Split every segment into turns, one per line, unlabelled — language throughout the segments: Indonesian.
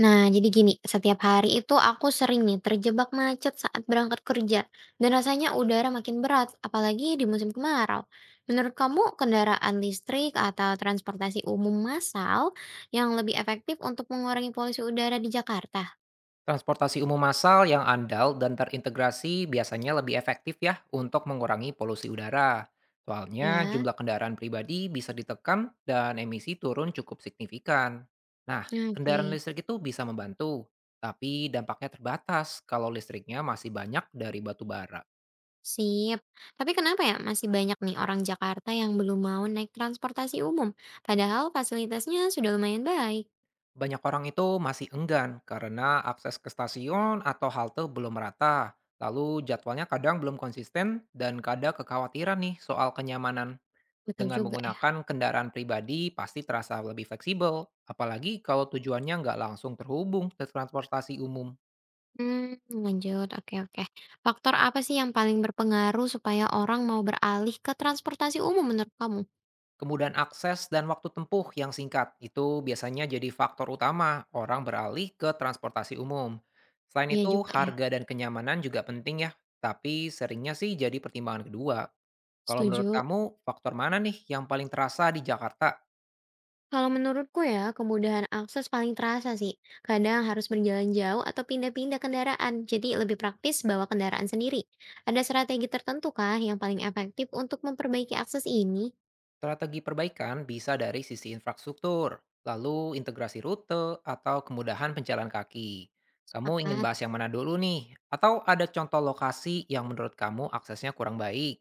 Nah, jadi gini, setiap hari itu aku sering nih terjebak macet saat berangkat kerja, dan rasanya udara makin berat, apalagi di musim kemarau. Menurut kamu, kendaraan listrik atau transportasi umum massal yang lebih efektif untuk mengurangi polusi udara di Jakarta?
Transportasi umum massal yang andal dan terintegrasi biasanya lebih efektif ya untuk mengurangi polusi udara. Soalnya
Ya,
jumlah kendaraan pribadi bisa ditekan dan emisi turun cukup signifikan. Nah, kendaraan
oke,
listrik itu bisa membantu, tapi dampaknya terbatas kalau listriknya masih banyak dari batu bara.
sip. Tapi kenapa ya masih banyak nih orang Jakarta yang belum mau naik transportasi umum, padahal fasilitasnya sudah lumayan baik?
Banyak orang itu masih enggan karena akses ke stasiun atau halte belum merata. Lalu jadwalnya kadang belum konsisten dan kadang kekhawatiran nih soal kenyamanan.
Betul
Dengan
juga ya.
menggunakan kendaraan pribadi pasti terasa lebih fleksibel, apalagi kalau tujuannya nggak langsung terhubung ke transportasi umum.
Hmm, lanjut, oke oke. Faktor apa sih yang paling berpengaruh supaya orang mau beralih ke transportasi umum menurut kamu?
Kemudahan akses dan waktu tempuh yang singkat itu biasanya jadi faktor utama orang beralih ke transportasi umum. Selain
Iya
itu,
juga ya,
harga dan kenyamanan juga penting ya, tapi seringnya sih jadi pertimbangan kedua. Kalau menurut
setuju.
kamu, faktor mana nih yang paling terasa di Jakarta?
Kalau menurutku ya, kemudahan akses paling terasa sih. Kadang harus berjalan jauh atau pindah-pindah kendaraan, jadi lebih praktis bawa kendaraan sendiri. Ada strategi tertentu kah yang paling efektif untuk memperbaiki akses ini?
Strategi perbaikan bisa dari sisi infrastruktur, lalu integrasi rute, atau kemudahan penjalan kaki. Kamu ingin
Sepakat.
bahas yang mana dulu nih? Atau ada contoh lokasi yang menurut kamu aksesnya kurang baik?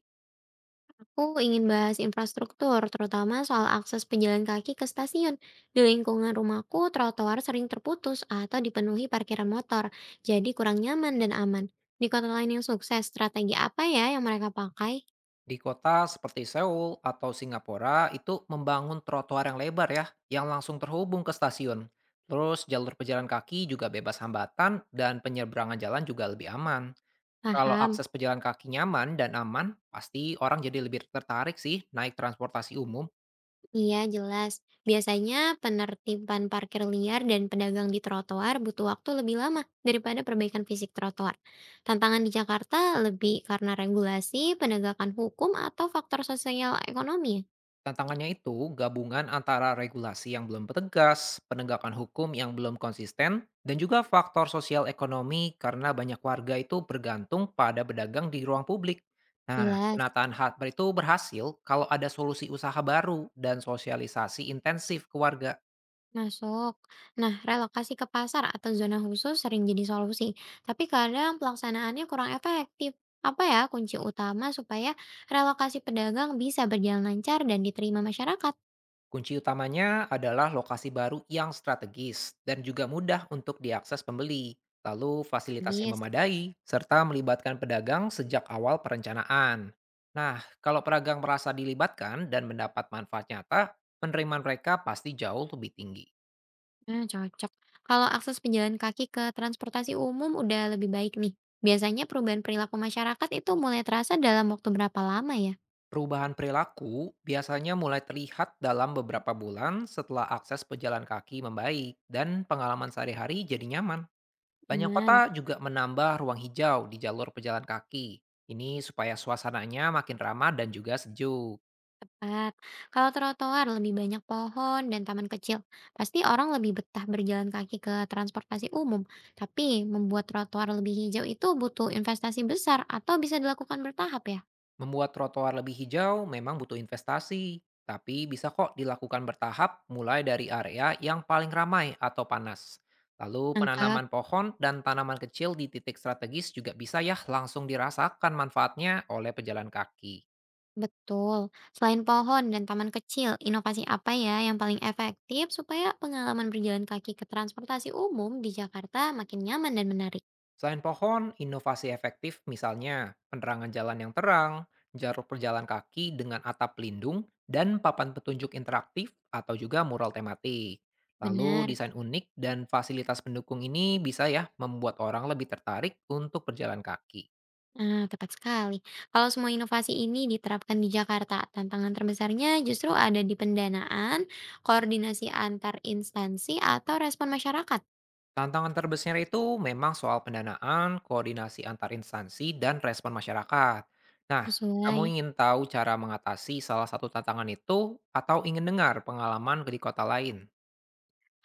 Aku ingin bahas infrastruktur, terutama soal akses pejalan kaki ke stasiun. Di lingkungan rumahku, trotoar sering terputus atau dipenuhi parkiran motor, jadi kurang nyaman dan aman. Di kota lain yang sukses, strategi apa ya yang mereka pakai?
Di kota seperti Seoul atau Singapura itu membangun trotoar yang lebar ya, yang langsung terhubung ke stasiun. Terus jalur pejalan kaki juga bebas hambatan dan penyeberangan jalan juga lebih aman. Kalau
Paham?
akses pejalan kaki nyaman dan aman, pasti orang jadi lebih tertarik sih naik transportasi umum.
Iya, jelas. Biasanya penertiban parkir liar dan pedagang di trotoar butuh waktu lebih lama daripada perbaikan fisik trotoar. Tantangan di Jakarta lebih karena regulasi, penegakan hukum, atau faktor sosial ekonomi, ya?
Tantangannya itu gabungan antara regulasi yang belum tegas, penegakan hukum yang belum konsisten, dan juga faktor sosial ekonomi karena banyak warga itu bergantung pada pedagang di ruang publik. Nah,
Jelas.
penataan hardware itu berhasil kalau ada solusi usaha baru dan sosialisasi intensif ke warga.
Masuk. Nah, relokasi ke pasar atau zona khusus sering jadi solusi, tapi kadang pelaksanaannya kurang efektif. Apa ya kunci utama supaya relokasi pedagang bisa berjalan lancar dan diterima masyarakat?
Kunci utamanya adalah lokasi baru yang strategis dan juga mudah untuk diakses pembeli, lalu fasilitas yang
Bis.
memadai, serta melibatkan pedagang sejak awal perencanaan. Nah, kalau pedagang merasa dilibatkan dan mendapat manfaat nyata, penerimaan mereka pasti jauh lebih tinggi.
Nah, cocok. Kalau akses pejalan kaki ke transportasi umum udah lebih baik nih. Biasanya perubahan perilaku masyarakat itu mulai terasa dalam waktu berapa lama ya?
Perubahan perilaku biasanya mulai terlihat dalam beberapa bulan setelah akses pejalan kaki membaik dan pengalaman sehari-hari jadi nyaman. Banyak
Aman.
kota juga menambah ruang hijau di jalur pejalan kaki. Ini supaya suasananya makin ramah dan juga sejuk.
Tepat. Kalau trotoar lebih banyak pohon dan taman kecil, pasti orang lebih betah berjalan kaki ke transportasi umum. Tapi membuat trotoar lebih hijau itu butuh investasi besar atau bisa dilakukan bertahap ya?
Membuat trotoar lebih hijau memang butuh investasi, tapi bisa kok dilakukan bertahap mulai dari area yang paling ramai atau panas. Lalu
Nangkap,
penanaman pohon dan tanaman kecil di titik strategis juga bisa ya langsung dirasakan manfaatnya oleh pejalan kaki.
betul. Selain pohon dan taman kecil, inovasi apa ya yang paling efektif supaya pengalaman berjalan kaki ke transportasi umum di Jakarta makin nyaman dan menarik?
Selain pohon, inovasi efektif misalnya penerangan jalan yang terang, jarum perjalan kaki dengan atap pelindung, dan papan petunjuk interaktif atau juga mural tematik. Lalu
Benar.
desain unik dan fasilitas pendukung ini bisa ya membuat orang lebih tertarik untuk berjalan kaki.
Nah, tepat sekali. Kalau semua inovasi ini diterapkan di Jakarta, tantangan terbesarnya justru ada di pendanaan, koordinasi antar instansi, atau respon masyarakat.
Tantangan terbesar itu memang soal pendanaan, koordinasi antar instansi, dan respon masyarakat. Nah, kamu
Sesuai.
ingin tahu cara mengatasi salah satu tantangan itu atau ingin dengar pengalaman di kota lain?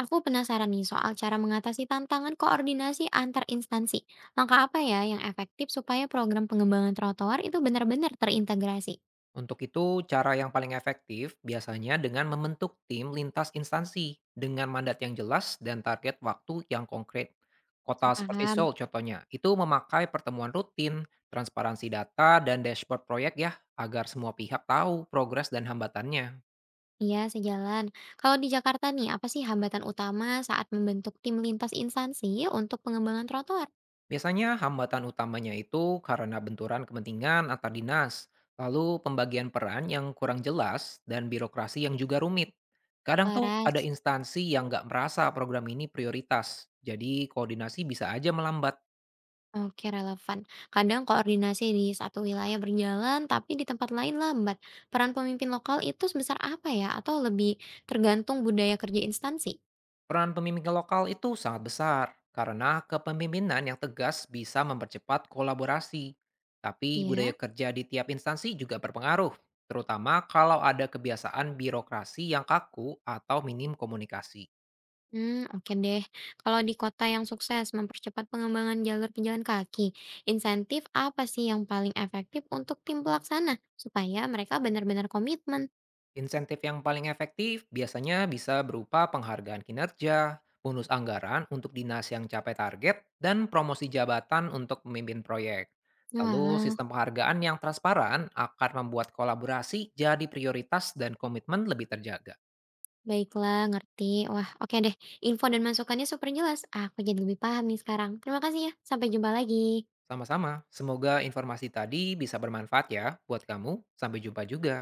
Aku penasaran nih soal cara mengatasi tantangan koordinasi antar instansi. Langkah apa ya yang efektif supaya program pengembangan trotoar itu benar-benar terintegrasi?
Untuk itu, cara yang paling efektif biasanya dengan membentuk tim lintas instansi dengan mandat yang jelas dan target waktu yang konkret. Kota seperti
Paham?
Seoul contohnya, itu memakai pertemuan rutin, transparansi data, dan dashboard proyek ya, agar semua pihak tahu progres dan hambatannya.
Iya, sejalan. Kalau di Jakarta nih, apa sih hambatan utama saat membentuk tim lintas instansi untuk pengembangan trotoar?
Biasanya hambatan utamanya itu karena benturan kepentingan antar dinas, lalu pembagian peran yang kurang jelas, dan birokrasi yang juga rumit. Kadang tuh ada
Laras.
instansi yang nggak merasa program ini prioritas, jadi koordinasi bisa aja melambat.
Oke, relevan. Kadang koordinasi di satu wilayah berjalan, tapi di tempat lain lambat. Peran pemimpin lokal itu sebesar apa ya? Atau lebih tergantung budaya kerja instansi?
Peran pemimpin lokal itu sangat besar, karena kepemimpinan yang tegas bisa mempercepat kolaborasi. Tapi
Iya.
budaya kerja di tiap instansi juga berpengaruh, terutama kalau ada kebiasaan birokrasi yang kaku atau minim komunikasi.
Hmm, oke deh. Kalau di kota yang sukses mempercepat pengembangan jalur pejalan kaki, insentif apa sih yang paling efektif untuk tim pelaksana supaya mereka benar-benar komitmen?
Insentif yang paling efektif biasanya bisa berupa penghargaan kinerja, bonus anggaran untuk dinas yang capai target, dan promosi jabatan untuk pemimpin proyek. Lalu
Walah,
sistem penghargaan yang transparan akan membuat kolaborasi jadi prioritas dan komitmen lebih terjaga.
baiklah, ngerti. Wah, oke deh. Info dan masukannya super jelas. Aku jadi lebih paham nih sekarang. Terima kasih ya. Sampai jumpa lagi.
Sama-sama, semoga informasi tadi bisa bermanfaat ya buat kamu. Sampai jumpa juga.